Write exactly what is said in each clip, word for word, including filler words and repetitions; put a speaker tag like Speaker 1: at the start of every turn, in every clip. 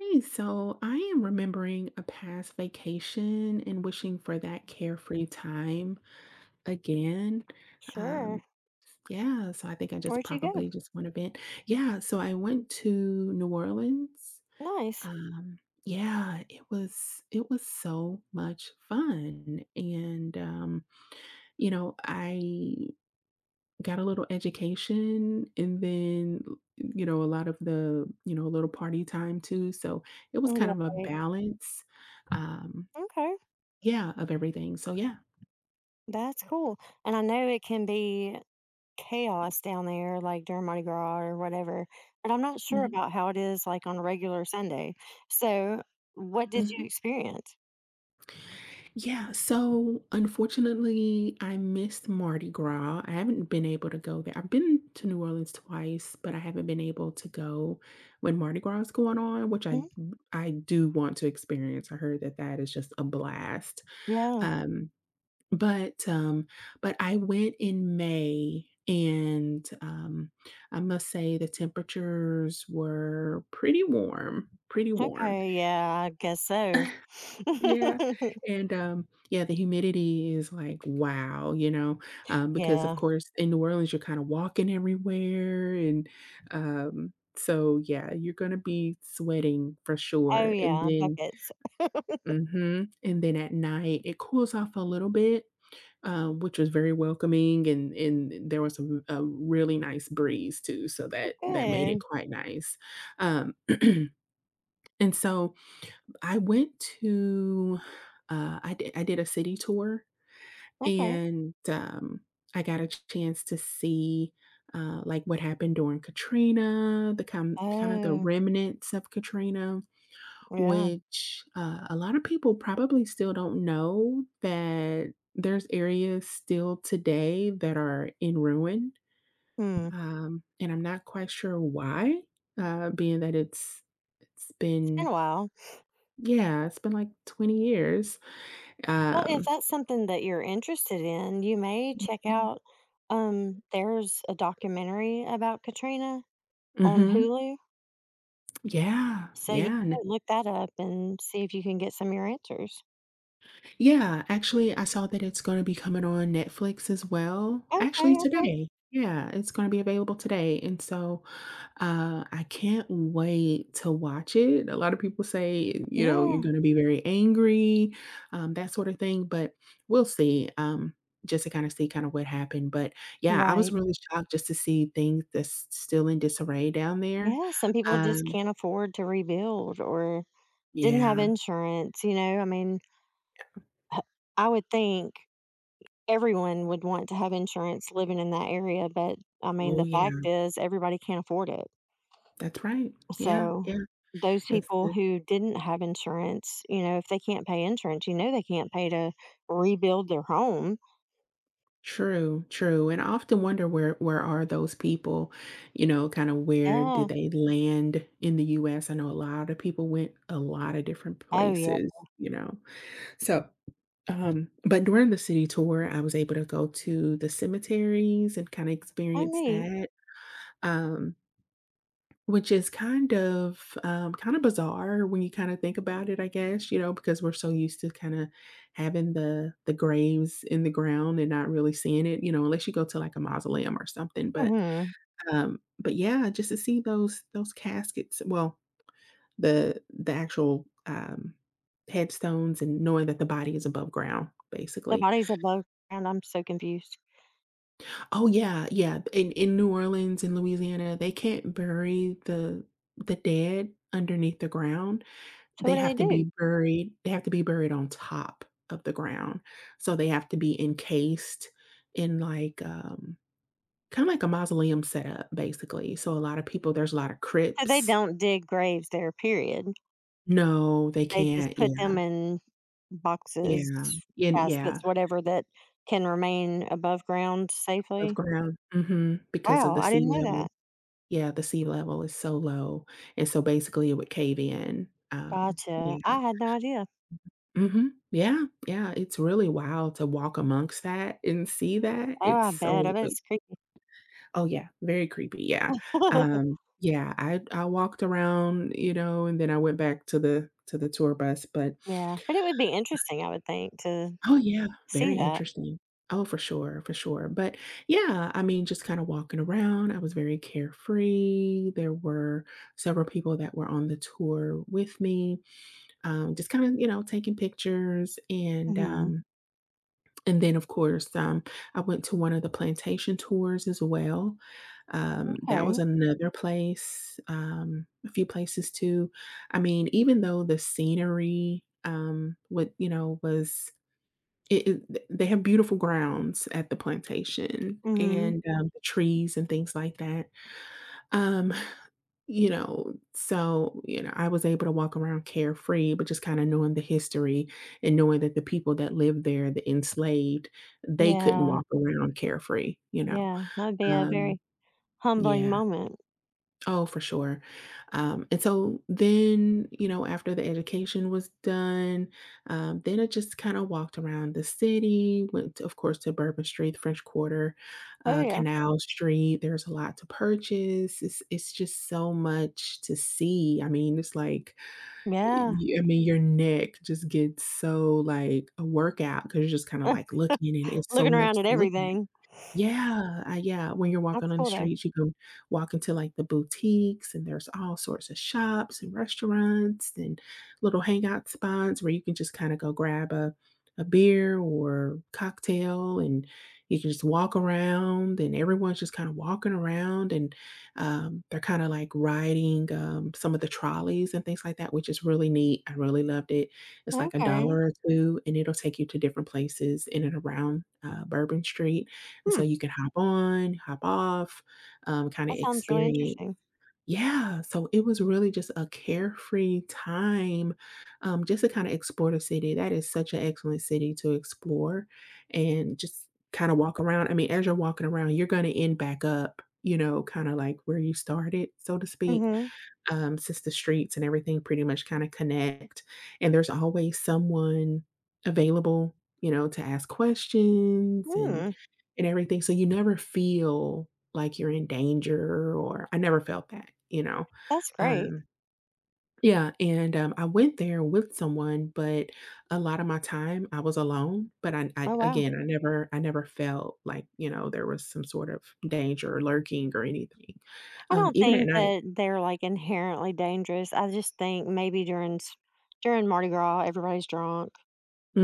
Speaker 1: Hey, so I am remembering a past vacation and wishing for that carefree time again. Um,
Speaker 2: Sure.
Speaker 1: yeah, so I think I just
Speaker 2: Where'd you go?
Speaker 1: probably just want to vent. Yeah, so I went to New Orleans.
Speaker 2: Nice.
Speaker 1: Um, yeah, it was it was so much fun. And um, you know, I got a little education and then you know a lot of the you know a little party time too, so it was kind of a
Speaker 2: Right.
Speaker 1: balance, um
Speaker 2: Okay.
Speaker 1: yeah, of everything, so yeah.
Speaker 2: That's cool. And I know it can be chaos down there, like during Mardi Gras or whatever, but I'm not sure
Speaker 1: Mhm,
Speaker 2: about how it is like on a regular Sunday. So, what did
Speaker 1: mhm.
Speaker 2: you experience?
Speaker 1: Yeah, so unfortunately I missed Mardi Gras. I haven't been able to go there. I've been to New Orleans twice, but I haven't been able to go when Mardi Gras is going on, which i
Speaker 2: Mhm.
Speaker 1: i do want to experience. I heard that that is just a blast.
Speaker 2: Yeah.
Speaker 1: Um But, um, but I went in May and, um, I must say the temperatures were pretty warm, pretty warm.
Speaker 2: Okay. Yeah. I guess so.
Speaker 1: Yeah, and, um, yeah, the humidity is like, wow, you know, um, because of
Speaker 2: yeah.
Speaker 1: course in New Orleans, you're kinda walking everywhere and, um, so yeah, you're gonna be sweating for
Speaker 2: Oh,
Speaker 1: sure, and
Speaker 2: yeah.
Speaker 1: then
Speaker 2: Buckets.
Speaker 1: mhm, and then at night it cools off a little bit, uh, which was very welcoming, and and there was a a really nice breeze too, so
Speaker 2: Oh,
Speaker 1: that that made it,
Speaker 2: good.
Speaker 1: mhm, quite nice. Um, and so I went to, uh, I did I did a city tour,
Speaker 2: Okay.
Speaker 1: and, um, I got a chance to see, uh, like, what happened during Katrina, the kind kind of the
Speaker 2: Oh,
Speaker 1: remnants of Katrina,
Speaker 2: yeah.
Speaker 1: which, uh, a lot of people probably still don't know that there's areas still today that are in ruin,
Speaker 2: Hmm. It's
Speaker 1: um, and I'm not quite sure why, uh, being that it's it's
Speaker 2: been
Speaker 1: been
Speaker 2: a while.
Speaker 1: yeah, it's been like twenty years.
Speaker 2: Well, if
Speaker 1: Um,
Speaker 2: that's something that you're interested in, you may check out um there's a documentary about Katrina on
Speaker 1: mhm.
Speaker 2: Hulu,
Speaker 1: Yeah,
Speaker 2: so you
Speaker 1: yeah.
Speaker 2: might look that up and see if you can get some of your answers.
Speaker 1: Yeah, actually, I saw that it's gonna be coming on Netflix as well.
Speaker 2: Okay,
Speaker 1: Actually,
Speaker 2: okay.
Speaker 1: today. Yeah, it's gonna be available today, and so, uh, I can't wait to watch it. A lot of people say, you know, "You're
Speaker 2: Yeah,
Speaker 1: gonna be very angry," um, that sort of thing, but we'll see, um, just to kinda see kinda what happened, but, yeah, I was
Speaker 2: right.
Speaker 1: really shocked just to see things that's still in disarray down there.
Speaker 2: Yeah, some people just
Speaker 1: Um,
Speaker 2: can't afford to rebuild or didn't have
Speaker 1: yeah.
Speaker 2: insurance, you know? I mean, I would think everyone would want to have insurance living in that area, but I mean,
Speaker 1: Oh,
Speaker 2: the fact
Speaker 1: yeah.
Speaker 2: is everybody can't afford it.
Speaker 1: That's right. Yeah,
Speaker 2: So,
Speaker 1: yeah.
Speaker 2: those
Speaker 1: It's
Speaker 2: people who didn't have insurance, you know, if they can't pay insurance, you know they can't pay to rebuild their home.
Speaker 1: True, true, and I often wonder where where are those people, you know, kinda where did
Speaker 2: Yeah.
Speaker 1: they land in the U S? I know a lot of people went a lot of different
Speaker 2: Oh, yeah.
Speaker 1: places, you know? So, um, but during the city tour, I was able to go to the cemeteries and kinda
Speaker 2: I
Speaker 1: experience
Speaker 2: neat.
Speaker 1: that, um which is kind of, um, kinda bizarre when you kinda think about it, I guess, you know, because we're so used to kinda having the the graves in the ground and not really seeing it, you know, unless you go to, like, a mausoleum or something, but,
Speaker 2: Mhm.
Speaker 1: um, but yeah, just to see those those caskets, well, the the actual, um, headstones, and knowing that the body is above ground,
Speaker 2: The
Speaker 1: basically.
Speaker 2: bodies above ground, I'm so confused.
Speaker 1: Oh, yeah, yeah, in in New Orleans, in Louisiana, they can't bury the the dead underneath the ground.
Speaker 2: So
Speaker 1: They
Speaker 2: what do
Speaker 1: have
Speaker 2: they
Speaker 1: to
Speaker 2: do?
Speaker 1: be buried, they have to be buried on top of the ground. So they have to be encased in, like, um, kinda like a mausoleum setup, basically. So a lot of people, there's a lot of
Speaker 2: So they
Speaker 1: crypts.
Speaker 2: don't dig graves there, period.
Speaker 1: No, they
Speaker 2: They just
Speaker 1: can't.
Speaker 2: put
Speaker 1: Yeah,
Speaker 2: them in boxes,
Speaker 1: yeah, and yeah,
Speaker 2: caskets, whatever that can remain above ground
Speaker 1: above
Speaker 2: safely.
Speaker 1: ground. Mhm, because of
Speaker 2: Wow,
Speaker 1: the
Speaker 2: I
Speaker 1: sea
Speaker 2: didn't know
Speaker 1: level.
Speaker 2: that.
Speaker 1: Yeah, the sea level is so low, and so basically it would cave in. Um,
Speaker 2: Gotcha.
Speaker 1: yeah.
Speaker 2: I had no idea.
Speaker 1: Mhm. Yeah, yeah, it's really wild to walk amongst that and see that.
Speaker 2: Oh,
Speaker 1: It's
Speaker 2: I bet. I
Speaker 1: so,
Speaker 2: bet it's creepy.
Speaker 1: oh, yeah, very creepy, yeah, um, yeah, I I walked around, you know, and then I went back to the to the tour bus, but
Speaker 2: Yeah, but it would be interesting, I would think, to
Speaker 1: oh, yeah,
Speaker 2: see
Speaker 1: very
Speaker 2: that.
Speaker 1: interesting. Oh, for sure, for sure, but, yeah, I mean, just kinda walking around, I was very carefree. There were several people that were on the tour with me, um, just kinda, you know, taking pictures and,
Speaker 2: Mhm.
Speaker 1: um and then, of course, um, I went to one of the plantation tours as well. Um, that was
Speaker 2: Okay.
Speaker 1: another place, um, a few places too. I mean, even though the scenery, um, what you know, was it, it, they have beautiful grounds at the plantation,
Speaker 2: Mhm.
Speaker 1: and um, the trees and things like that. Um, you know, so, you know, I was able to walk around carefree, but just kinda knowing the history and knowing that the people that lived there, the enslaved, they couldn't
Speaker 2: Yeah,
Speaker 1: walk around carefree, you know?
Speaker 2: yeah, that would be a
Speaker 1: Um,
Speaker 2: very humbling
Speaker 1: yeah.
Speaker 2: moment.
Speaker 1: Oh, for sure. Um, and so then, you know, after the education was done, um, then I just kind of walked around the city, went, to, of course, to Bourbon Street, the French Quarter,
Speaker 2: Oh,
Speaker 1: uh,
Speaker 2: yeah.
Speaker 1: Canal Street. There's a lot to purchase. It's, it's just so much to see. I mean, it's like,
Speaker 2: Yeah,
Speaker 1: y- I mean, your neck just gets so like a workout because you're just kind of like looking, and it's so
Speaker 2: looking
Speaker 1: much
Speaker 2: around
Speaker 1: to
Speaker 2: at
Speaker 1: look,
Speaker 2: everything.
Speaker 1: yeah, uh, yeah, when you're walking
Speaker 2: That's
Speaker 1: on the
Speaker 2: cool, though.
Speaker 1: streets, you can walk into, like, the boutiques, and there's all sorts of shops and restaurants and little hangout spots where you can just kinda go grab a a beer or cocktail, and you can just walk around, and everyone's just kinda walking around, and, um, they're kinda, like, riding, um, some of the trolleys and things like that, which is really neat. I really loved it. It's like a
Speaker 2: Okay.
Speaker 1: dollar or two, and it'll take you to different places in and around, uh, Bourbon Street. And so
Speaker 2: Hmm,
Speaker 1: you could hop on, hop off, um,
Speaker 2: that
Speaker 1: kinda
Speaker 2: sounds really
Speaker 1: experience.
Speaker 2: interesting.
Speaker 1: Yeah, so it was really just a carefree time, um, just to kinda explore the city. That is such an excellent city to explore and just kinda walk around. I mean, as you're walking around, you're gonna end back up, you know, kinda like where you started, so to speak,
Speaker 2: Mhm.
Speaker 1: um, since the streets and everything pretty much kinda connect, and there's always someone available, you know, to ask questions and
Speaker 2: Mm,
Speaker 1: and everything, so you never feel like you're in danger. Or I never felt that, you know?
Speaker 2: that's great.
Speaker 1: Um yeah, and, um, I went there with someone, but a lot of my time I was alone, but I I
Speaker 2: Oh, wow.
Speaker 1: again, I never I never felt like, you know, there was some sort of danger lurking or anything,
Speaker 2: I
Speaker 1: um,
Speaker 2: don't
Speaker 1: even at
Speaker 2: think
Speaker 1: night.
Speaker 2: that they're, like, inherently dangerous. I just think maybe during s during Mardi Gras, everybody's drunk.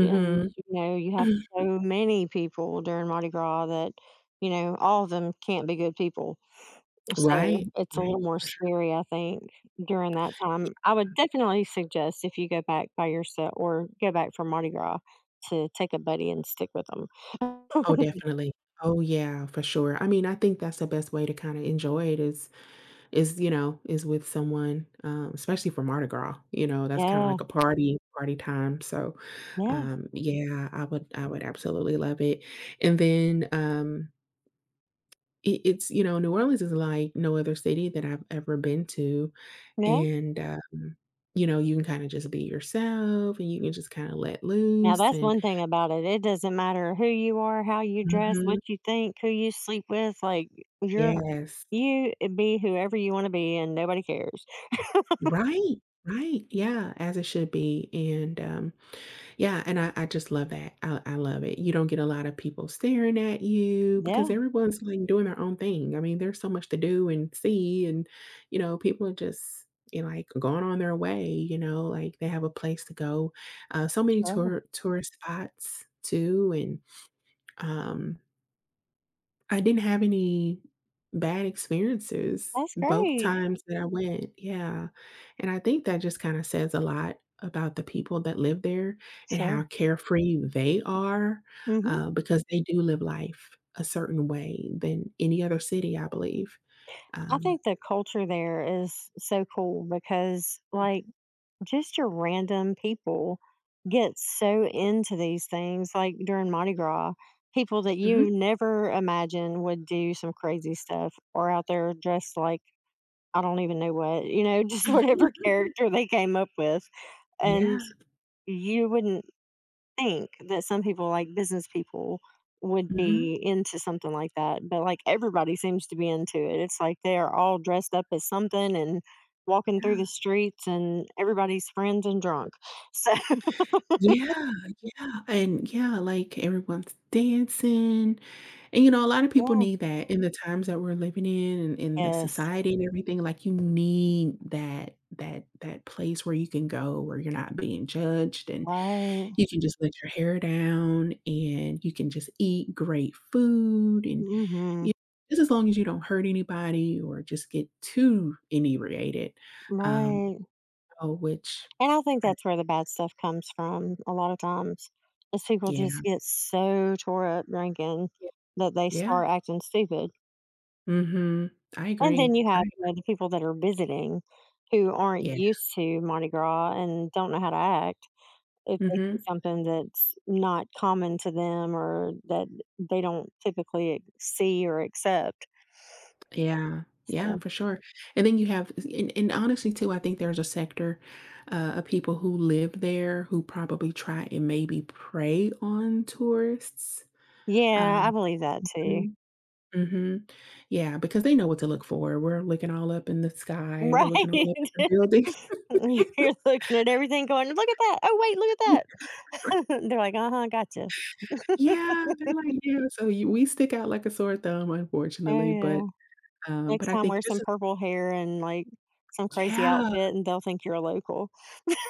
Speaker 2: And, you know, you have so many people during Mardi Gras that, you know, all of them can't be good people. So
Speaker 1: Right,
Speaker 2: it's a
Speaker 1: right,
Speaker 2: little more
Speaker 1: for sure.
Speaker 2: scary, I think, during that
Speaker 1: Ye
Speaker 2: time. I would definitely suggest if you go back by yourself or go back for Mardi Gras to take a buddy and stick with them.
Speaker 1: Oh, definitely. Oh, yeah, for sure. I mean, I think that's the best way to kinda enjoy it is is, you know, is with someone, um, especially for Mardi Gras, you know, that's kinda
Speaker 2: Yeah,
Speaker 1: like a party party time, so,
Speaker 2: yeah,
Speaker 1: um, yeah, I would I would absolutely love it, and then, um, it it's you know, New Orleans is like no other city that I've ever been to,
Speaker 2: yeah.
Speaker 1: and, um, you know, you can kinda just be yourself, and you can just kinda let
Speaker 2: Now
Speaker 1: loose
Speaker 2: that's
Speaker 1: and
Speaker 2: one thing about it. It doesn't matter who you are, how you dress,
Speaker 1: mhm.
Speaker 2: what you think, who you sleep with. Like you're,
Speaker 1: Yes.
Speaker 2: you eh, be whoever you want to be, and nobody cares.
Speaker 1: Right, right, yeah, as it should be, and, um, yeah, and I I just love that, I I love it. You don't get a lot of people staring at you because
Speaker 2: Yeah.
Speaker 1: everyone's, like, doing their own thing. I mean, there's so much to do and see, and, you know, people are just, you know, like, going on their way, you know, like, they have a place to go. Uh, so many
Speaker 2: Oh,
Speaker 1: tour tourist spots too, and, um I didn't have any bad experiences
Speaker 2: that's
Speaker 1: both
Speaker 2: great.
Speaker 1: times that I went, yeah, and I think that just kinda says a lot about the people that live there and how
Speaker 2: Sure.
Speaker 1: carefree they are,
Speaker 2: Hmm.
Speaker 1: uh, because they do live life a certain way than any other city, I believe.
Speaker 2: I
Speaker 1: Um
Speaker 2: think the culture there is so cool because, like, just your random people get so into these things. Like during Mardi Gras, people that
Speaker 1: Mhm.
Speaker 2: you never imagine would do some crazy stuff or out there dressed like I don't even know what, you know, just whatever character they came up with. And
Speaker 1: Yeah.
Speaker 2: you wouldn't think that some people, like business people, would
Speaker 1: Mhm.
Speaker 2: be into something like that, but like everybody seems to be into it. It's like they are all dressed up as something and walking through
Speaker 1: Yeah.
Speaker 2: the streets, and everybody's friends and drunk. So,
Speaker 1: Yeah, yeah, and yeah, like, everyone's dancing, and, you know, a lot of people
Speaker 2: yeah,
Speaker 1: need that in the times that we're living in and in the
Speaker 2: yes,
Speaker 1: society and everything, like, you need that that that place where you can go, where you're not being judged, and
Speaker 2: right.
Speaker 1: you can just let your hair down, and you can just eat great food, and,
Speaker 2: Hmm.
Speaker 1: you just as long as you don't hurt anybody or just get too inebriated, um,
Speaker 2: Right.
Speaker 1: oh, which
Speaker 2: And I think
Speaker 1: I
Speaker 2: that's where the bad stuff comes from a lot of times, is people just
Speaker 1: yeah,
Speaker 2: get so tore up drinking
Speaker 1: yeah,
Speaker 2: that they
Speaker 1: yeah.
Speaker 2: start acting stupid.
Speaker 1: Mhm. I
Speaker 2: And
Speaker 1: agree.
Speaker 2: then you
Speaker 1: I
Speaker 2: have, you know, the people that are visiting who aren't
Speaker 1: yeah.
Speaker 2: used to Mardi Gras and don't know how to act. If they see
Speaker 1: Mhm.
Speaker 2: something that's not common to them or that they don't typically see or accept.
Speaker 1: Yeah. Yeah,
Speaker 2: So,
Speaker 1: for sure. And then you have, and and honestly too, I think there's a sector, uh, of people who live there who probably try and maybe prey on tourists.
Speaker 2: yeah,
Speaker 1: Um
Speaker 2: I believe that too.
Speaker 1: Mhm. Mhm. Yeah, because they know what to look for. We're looking all up in the sky. We're
Speaker 2: Right.
Speaker 1: looking all up at the buildings.
Speaker 2: You're looking at everything going, look at that. Oh, wait, look at that. They're like, uh huh, gotcha.
Speaker 1: Yeah, they're like, "Yeah." So you we stick out like a sore thumb,
Speaker 2: Oh,
Speaker 1: unfortunately, but,
Speaker 2: yeah.
Speaker 1: um,
Speaker 2: Next
Speaker 1: but I
Speaker 2: time,
Speaker 1: think
Speaker 2: wear
Speaker 1: just
Speaker 2: some
Speaker 1: as
Speaker 2: purple hair and like some crazy
Speaker 1: yeah.
Speaker 2: outfit, and they'll think you're a local.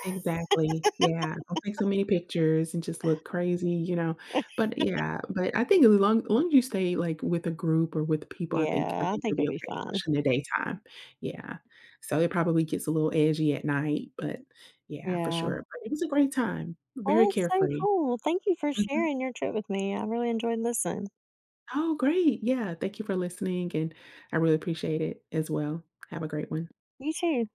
Speaker 1: Exactly, yeah, don't take so many pictures and just look crazy, you know, but yeah, but I think as long as long as you stay, like, with a group or with people, I think I
Speaker 2: Yeah, I
Speaker 1: think you'll
Speaker 2: think it
Speaker 1: be
Speaker 2: will be
Speaker 1: okay,
Speaker 2: fine.
Speaker 1: especially in the daytime, yeah, so it probably gets a little edgy at night, but yeah, for
Speaker 2: Yeah.
Speaker 1: sure, but it was a great time, very
Speaker 2: Well, that's so
Speaker 1: carefree.
Speaker 2: cool. Thank you for
Speaker 1: Mhm.
Speaker 2: sharing your trip with me. I really enjoyed listening.
Speaker 1: Oh, great, yeah, thank you for listening, and I really appreciate it as well. Have a great one.
Speaker 2: You too.